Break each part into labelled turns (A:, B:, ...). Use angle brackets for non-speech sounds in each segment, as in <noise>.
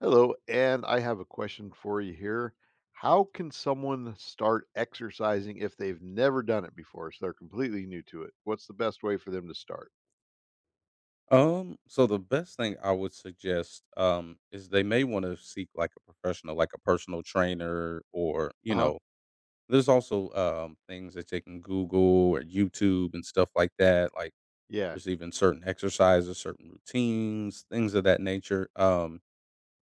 A: Hello, and I have a question for you here. How can someone start exercising if they've never done it before? So they're completely new to it. What's the best way for them to start?
B: So the best thing I would suggest is they may want to seek like a professional, like a personal trainer or, you
A: Uh huh.
B: know, there's also things that they can Google or YouTube and stuff like that. Like
A: Yeah.
B: there's even certain exercises, certain routines, things of that nature.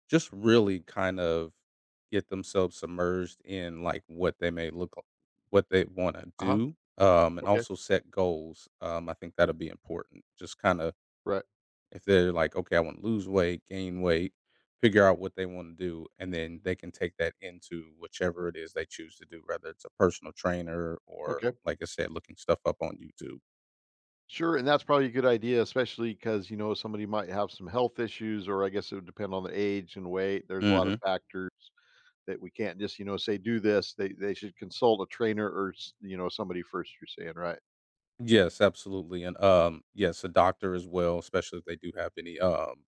B: Just really kind of get themselves submerged in like what they may look like, what they want to
A: Uh huh.
B: do. And
A: Okay.
B: also set goals. I think that'll be important. Just kind of
A: Right.
B: if they're like, "Okay, I wanna lose weight, gain weight," figure out what they wanna do, and then they can take that into whichever it is they choose to do, whether it's a personal trainer or,
A: Okay.
B: like I said, looking stuff up on YouTube.
A: Sure. And that's probably a good idea, especially because, you know, somebody might have some health issues, or I guess it would depend on the age and weight. There's a lot of
B: Mhm.
A: factors that we can't just, you know, say do this. They should consult a trainer or, you know, somebody first, you're saying, right?
B: Yes, absolutely, and, yes, a doctor as well, especially if they do have any,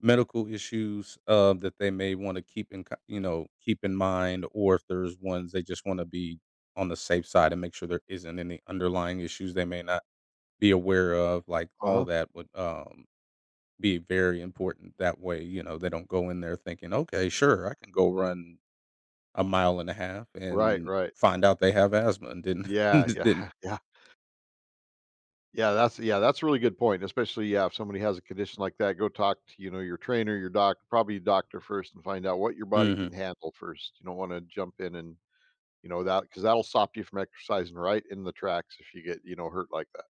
B: medical issues, that they may wanna keep in co you know, keep in mind, or if there's ones they just wanna be on the safe side and make sure there isn't any underlying issues they may not be aware of, like,
A: Uh
B: all
A: huh.
B: that would, be very important that way, you know, they don't go in there thinking, "Okay, sure, I can go run a mile and a half,"
A: Right.
B: and
A: Right.
B: find out they have asthma and didn't
A: Yeah.
B: <laughs> didn't
A: Yeah. <laughs> Yeah. Yeah, that's a really good point, especially, yeah, if somebody has a condition like that, go talk to, you know, your trainer, your doc probably your doctor first and find out what your body can
B: Mhm.
A: handle first. You don't wanna jump in, and, you know, that because that 'cause that'll stop you from exercising right in the tracks if you get, you know, hurt like that.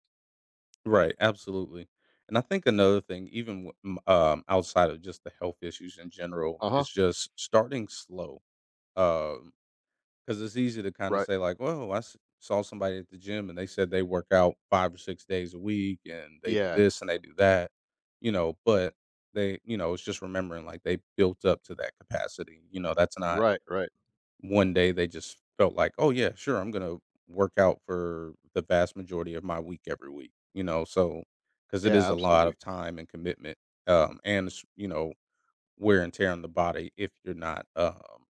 B: Right, absolutely, and I think another thing, even w m outside of just the health issues in general,
A: Uh-huh,
B: is just starting slow, um 'cause it's easy to kinda
A: right.
B: say like, "Whoa, I s saw somebody at the gym and they said they work out 5 or 6 days a week and they do
A: Yeah,
B: this and they do that," you know, but they you know, it's just remembering like they built up to that capacity, you know, that's not
A: right, right.
B: one day they just felt like, "Oh yeah, sure, I'm gonna work out for the vast majority of my week every week," you know, so because it is
A: Yeah,
B: a lot
A: absolutely.
B: of time and commitment, and it's, you know, wear and tear on the body if you're not,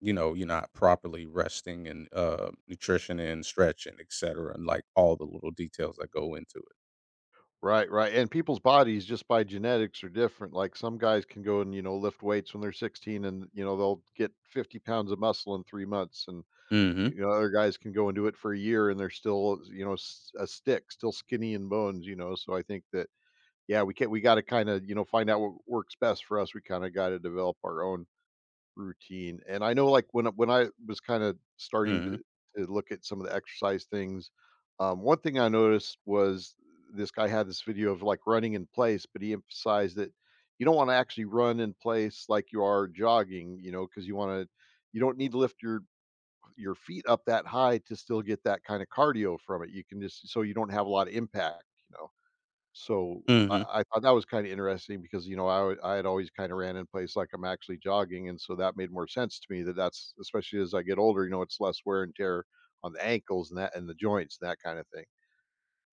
B: you know, you're not properly resting and, nutrition and stretching, et cetera, and, like, all the little details that go into it.
A: Right, right, and people's bodies just by genetics are different, like, some guys can go and, you know, lift weights when they're 16 and, you know, they'll get 50 pounds of muscle in 3 months, and
B: Mhm,
A: you know, other guys can go and do it for a year and they're still, you know, a stick, still skinny in bones, you know. So I think that, yeah, we can't, we got to kind of, you know, find out what works best for us. We kind of got to develop our own routine. And I know like when I was kind of starting
B: mhm,
A: to look at some of the exercise things, one thing I noticed was this guy had this video of like running in place, but he emphasized that you don't want to actually run in place like you are jogging, you know, because you don't need to lift your feet up that high to still get that kind of cardio from it. You can, just so you don't have a lot of impact, you know? So I
B: mhm,
A: I thought that was kind of interesting because, you know, I had always kinda ran in place like I'm actually jogging, and so that made more sense to me, that that's especially as I get older, you know, it's less wear and tear on the ankles and that and the joints, that kind of thing.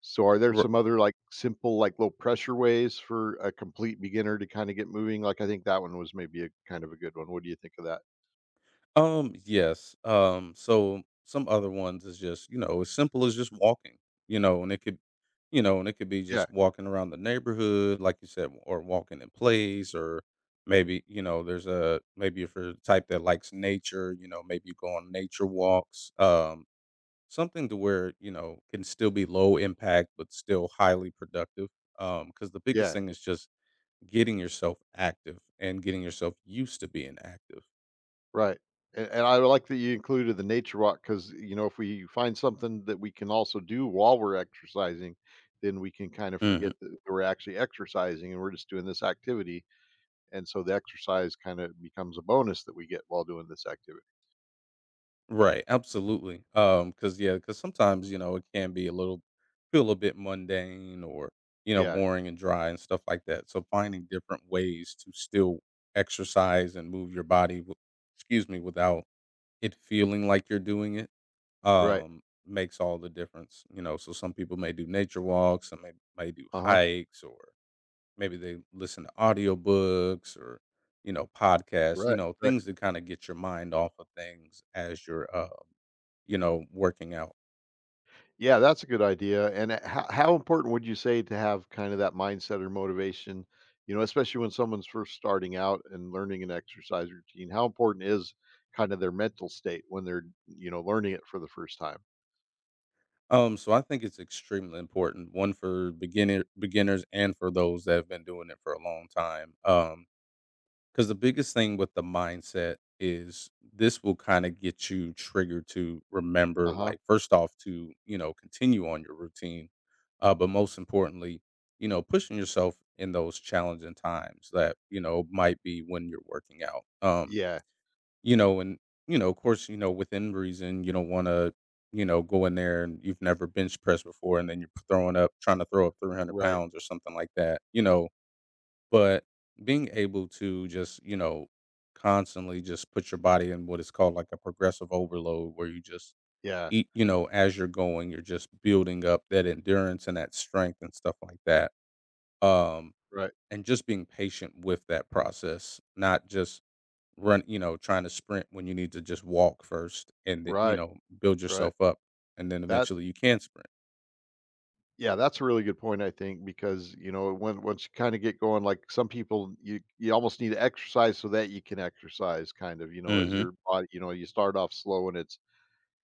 A: So are there
B: r
A: some other, like, simple, like, low pressure ways for a complete beginner to kinda get moving? Like, I think that one was maybe a kind of a good one. What do you think of that?
B: yes, so some other ones is just, you know, as simple as just walking, you know, and it could you know, and it could be
A: Yeah,
B: just walking around the neighborhood, like you said, or walking in place or maybe, you know, there's a maybe if you're the type that likes nature, you know, maybe you go on nature walks, something to where, you know, can still be low impact, but still highly productive, because the biggest
A: yeah.
B: thing is just getting yourself active and getting yourself used to being active.
A: Right, and I like that you included the nature walk, because, you know, if we find something that we can also do while we're exercising, then we can kind of
B: Mhm.
A: forget that we're actually exercising and we're just doing this activity, and so the exercise kinda becomes a bonus that we get while doing this activity.
B: Right, absolutely. Because yeah, because sometimes, you know, it can be a little feel a bit mundane or, you know,
A: Yeah,
B: boring and dry and stuff like that. So finding different ways to still exercise and move your body, excuse me, without it feeling like you're doing it,
A: right.
B: makes all the difference, you know. So some people may do nature walks, some may do
A: Uh-huh.
B: hikes, or maybe they listen to audiobooks or you know podcasts, you
A: Right,
B: know,
A: right.
B: things that kind of get your mind off of things as you're you know working out.
A: Yeah, that's a good idea. And how important would you say to have kind of that mindset or motivation, you know, especially when someone's first starting out and learning an exercise routine? How important is kind of their mental state when they're, you know, learning it for the first time?
B: So I think it's extremely important, one for beginners and for those that have been doing it for a long time. Because the biggest thing with the mindset is this will kind of get you triggered to
A: Uh
B: remember,
A: huh.
B: like, first off, to, you know, continue on your routine. But most importantly, you know, pushing yourself in those challenging times that, you know, might be when you're working out.
A: Yeah.
B: You know, and, you know, of course, you know, within reason, you don't want to, you know, go in there and you've never bench pressed before and then you're throwing up, trying to throw up 300
A: Right.
B: pounds or something like that. You know, but being able to just, you know, constantly just put your body in what is called like a progressive overload where you just
A: Yeah.
B: eat, you know, as you're going, you're just building up that endurance and that strength and stuff like that. Um,
A: Right.
B: and just being patient with that process, not just you know, trying to sprint when you need to just walk first and then, you
A: Right.
B: know, build
A: Right.
B: yourself up and then
A: That,
B: eventually you can sprint.
A: yeah, that's a really good point, I think, because, you know, once you kind of get going, like some people, you almost need to exercise so that you can exercise kind of, you know, as
B: Mm-hmm.
A: your body, you know, you start off slow and it's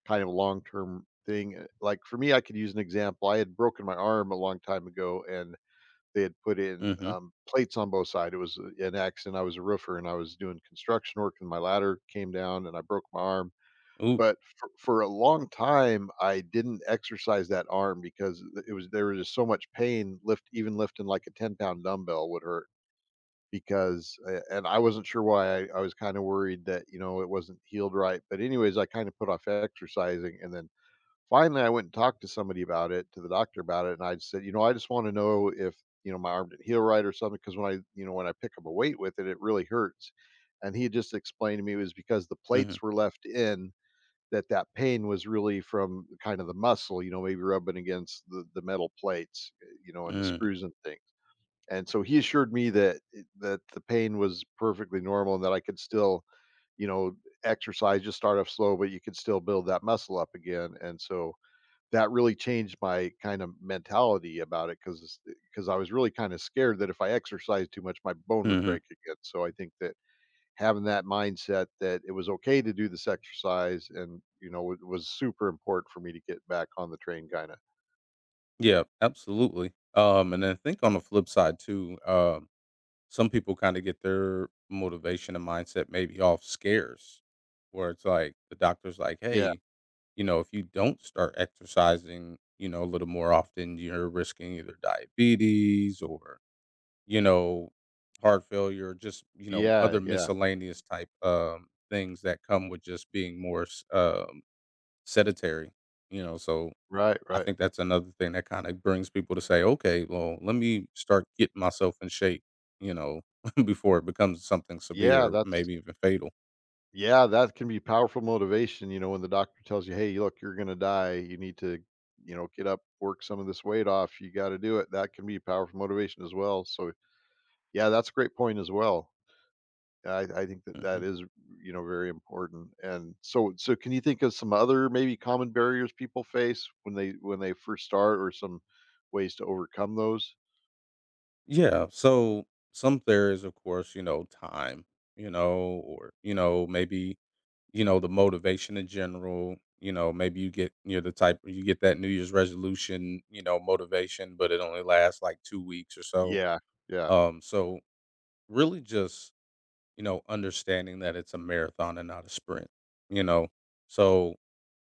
A: kind of long-term thing, eh, like, for me, I could use an example. I had broken my arm a long time ago, and they had put in,
B: Mm-hmm.
A: plates on both sides. It was a an accident. I was a roofer, and I was doing construction work, and my ladder came down, and I broke my arm.
B: Ooh.
A: But for a long time, I didn't exercise that arm because it was there was just so much pain, lift even lifting, like, a 10-pound dumbbell would hurt because a and I wasn't sure why. I was kinda worried that, you know, it wasn't healed right. But anyways, I kinda put off exercising, and then finally, I went and talked to somebody about it, to the doctor about it, and I said, "You know, I just wanna know if, you know, my arm didn't heal right or something. Because when I pick up a weight with it, it really hurts." And he just explained to me it was because the
B: Mm-hmm.
A: plates were left in, that pain was really from kind of the muscle, you know, maybe rubbing against the metal plates, eh, you know, and the
B: Mm.
A: screws and things. And so he assured me that the pain was perfectly normal, and that I could still, you know, exercise, just start off slow, but you could still build that muscle up again. And so that really changed my kind of mentality about it, because I was really kinda scared that if I exercised too much, my bone would
B: Mm-hmm.
A: break again. So I think that having that mindset, that it was okay to do this exercise, and, you know, it was super important for me to get back on the train kinda.
B: Yeah, absolutely. And I think on the flip side too, some people kind of get their motivation and mindset maybe off scares, where it's like the doctor's like,
A: Yeah.
B: "Hey, you know, if you don't start exercising, you know, a little more often, you're risking either diabetes or you know, heart failure, just you know,
A: Yeah,
B: other
A: yeah.
B: miscellaneous type things that come with just being more sedentary." You know, so
A: Right,
B: I
A: right.
B: think that's another thing that kinda brings people to say, "Okay, well, let me start getting myself in shape," you know, <laughs> before it becomes something
A: Yeah,
B: severe,
A: that's
B: maybe even fatal.
A: yeah, that can be powerful motivation, you know, when the doctor tells you, "Hey, look, you're gonna die. You need to, you know, get up, work some of this weight off. You gotta do it." That can be powerful motivation as well, so yeah, that's a great point as well. I think that that
B: Mhm.
A: is, you know, very important. And so can you think of some other maybe common barriers people face when they first start, or some ways to overcome those?
B: Yeah, so some there is, of course, you know, time, you know, or, you know, maybe, you know, the motivation in general, you know, maybe you're the type you get that New Year's resolution, you know, motivation, but it only lasts like 2 weeks or so.
A: Yeah. Yeah.
B: So really just you know, understanding that it's a marathon and not a sprint, you know? So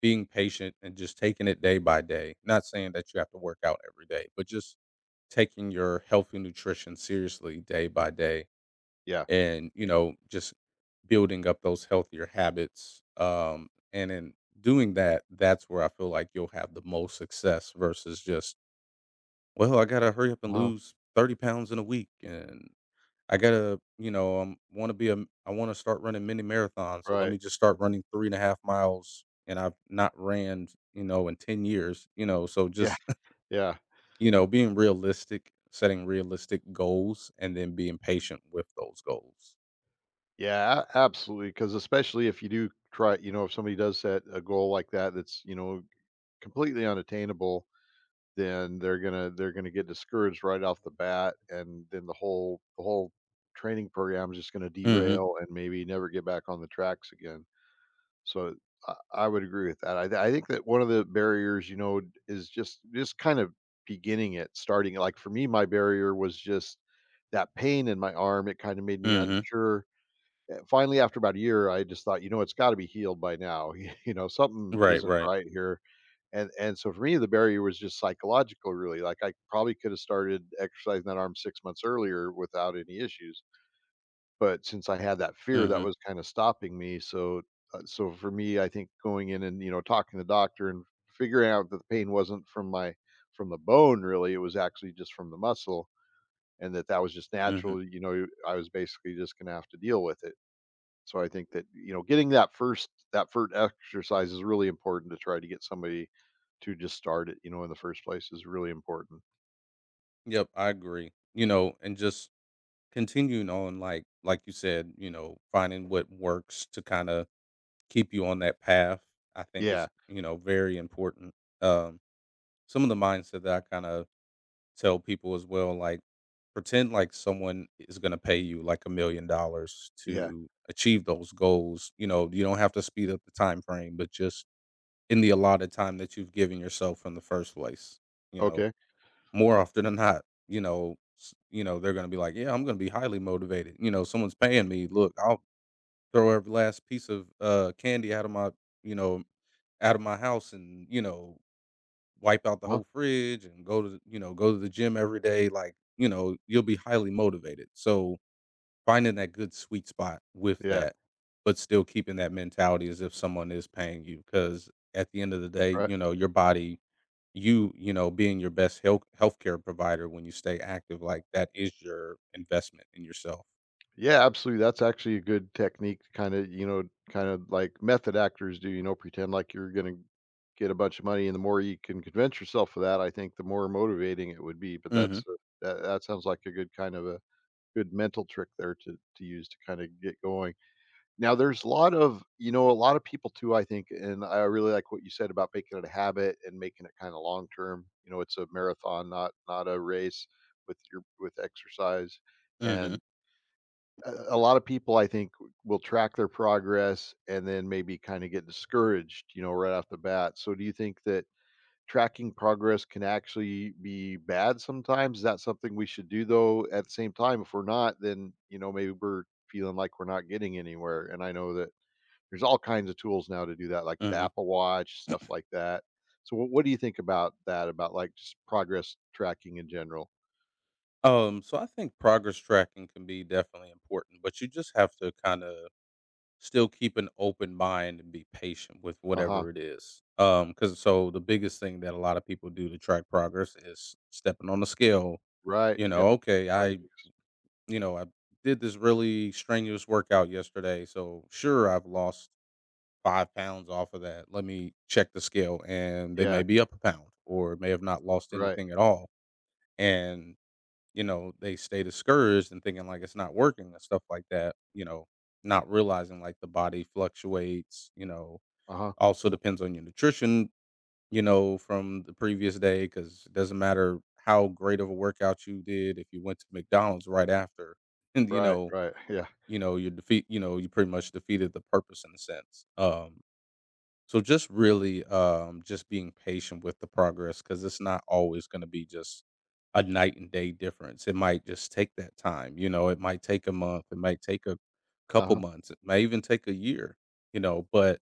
B: being patient and just taking it day by day, not saying that you have to work out every day, but just taking your healthy nutrition seriously day by day
A: Yeah.
B: and, you know, just building up those healthier habits. And in doing that, that's where I feel like you'll have the most success versus just, well, I got to hurry up and
A: Uh-huh.
B: lose 30 pounds in a week. And I gotta, you know, want to be a. I want to start running mini marathons. So let
A: Right.
B: me just start running 3.5 miles. And I've not ran, you know, in 10 years, you know, so
A: Yeah.
B: just, <laughs>
A: Yeah.
B: you know, being realistic, setting realistic goals and then being patient with those goals.
A: Yeah, absolutely. Because especially if you do try, you know, if somebody does set a goal like that, that's, you know, completely unattainable, then they're gonna get discouraged right off the bat, and then the whole training program is just gonna
B: Mm
A: derail and maybe never get back on the tracks again. So I would agree with that. I think that one of the barriers, you know, is just kind of beginning it, starting it. Like for me, my barrier was just that pain in my arm. It kind of made me
B: hmm. Mm
A: unsure. Finally, after about a year, I just thought, you know, it's got to be healed by now. <laughs> You know,
B: hmm.
A: something
B: Right.
A: isn't
B: Right.
A: right here, and so for me, the barrier was just psychological, really. Like I probably could have started exercising that arm 6 months earlier without any issues, but since I had that fear, that
B: Mm
A: was kind of stopping me. So so for me, I think going in and, you know, talking to the doctor and figuring out that the pain wasn't from the bone really, it was actually just from the muscle, and that that was just
B: hmm. Mm hmm.
A: natural. You know, I was basically just going to have to deal with it. So I think that, you know, getting that first exercise is really important, to try to get somebody to just start it, you know, in the first place is really important.
B: Yep. I agree. You know, and just continuing on, like you said, you know, finding what works to kind of keep you on that path, I think is,
A: Yeah,
B: you know, very important. Um, some of the mindset that I kind of tell people as well, like pretend like someone is going to pay you like $1 million
A: yeah.
B: to achieve those goals. You know, you don't have to speed up the time frame, but just in the allotted time that you've given yourself in the first place, you know,
A: Okay.
B: more often than not, you know, you know, they're going to be like, yeah, I'm going to be highly motivated. You know, someone's paying me. Look, I'll throw every last piece of candy out of my you know out of my house and, you know, wipe out the
A: Uh-huh.
B: whole fridge and go to you know, go to the gym every day, like, you know, you'll be highly motivated. So, finding that good sweet spot with
A: Yeah,
B: that, but still keeping that mentality as if someone is paying you. Because at the end of the day,
A: right.
B: you know, your body you know, being your best healthcare provider when you stay active like that is your investment in yourself.
A: Yeah, absolutely. That's actually a good technique to kind of, you know, kind of like method actors do, you know, pretend like you're going to get a bunch of money, and the more you can convince yourself of that, I think the more motivating it would be. But
B: Mhm,
A: that sounds like a good kind of a good mental trick there to use to kind of get going. Now there's a lot of people too, I think, and I really like what you said about making it a habit and making it kinda long term. You know, it's a marathon, not a race with exercise.
B: mhm,
A: And a lot of people, I think, will track their progress and then maybe kinda get discouraged, you know, right off the bat. So do you think that tracking progress can actually be bad sometimes? Is that something we should do, though? At the same time, if we're not, then, you know, maybe we're feeling like we're not getting anywhere, and I know that there's all kinds of tools now to do that, like the
B: mhm.
A: Apple Watch, stuff like that. So what do you think about that, about, like, just progress tracking in general?
B: So I think progress tracking can be definitely important, but you just have to kinda still keep an open mind and be patient with
A: Uh-huh.
B: whatever it is. Cause so the biggest thing that a lot of people do to track progress is stepping on the scale.
A: Right,
B: You
A: yeah,
B: know, okay,
A: probably the
B: I,
A: biggest.
B: you know, I did this really strenuous workout yesterday. So sure, I've lost 5 pounds off of that. Let me check the scale and they may
A: Yeah,
B: be up a pound or may have not lost
A: right, right,
B: anything at all. And you know, they stay discouraged and thinking like it's not working and stuff like that, you know, not realizing like the body fluctuates, you know,
A: uh-huh,
B: also depends on your nutrition, you know, from the previous day because it doesn't matter how great of a workout you did if you went to McDonald's right after, <laughs> and you
A: right,
B: know,
A: right, yeah,
B: you know, you pretty much defeated the purpose in a sense. So just really, just being patient with the progress because it's not always going to be just a night and day difference. It might just take that time. You know, it might take a month. It might take a couple
A: uh-huh.
B: months. It may even take a year. You know, but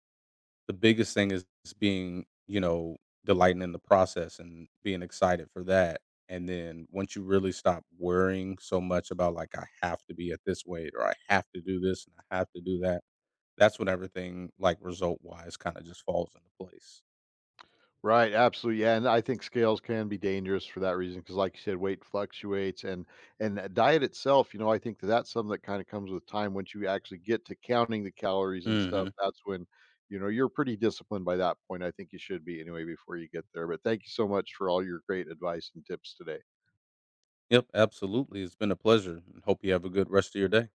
B: the biggest thing is being, you know, delighting in the process and being excited for that. And then once you really stop worrying so much about like I have to be at this weight or I have to do this and I have to do that, that's when everything, like, result-wise kinda just falls into place.
A: Right, absolutely, yeah, and I think scales can be dangerous for that reason because, like you said, weight fluctuates. And that diet itself, you know, I think that that's something that kinda comes with time. Once you actually get to counting the calories and stuff,
B: Mhm.
A: that's when, you know, you're pretty disciplined. By that point, I think, you should be anyway before you get there. But thank you so much for all your great advice and tips today.
B: Yep, absolutely, it's been a pleasure, and hope you have a good rest of your day.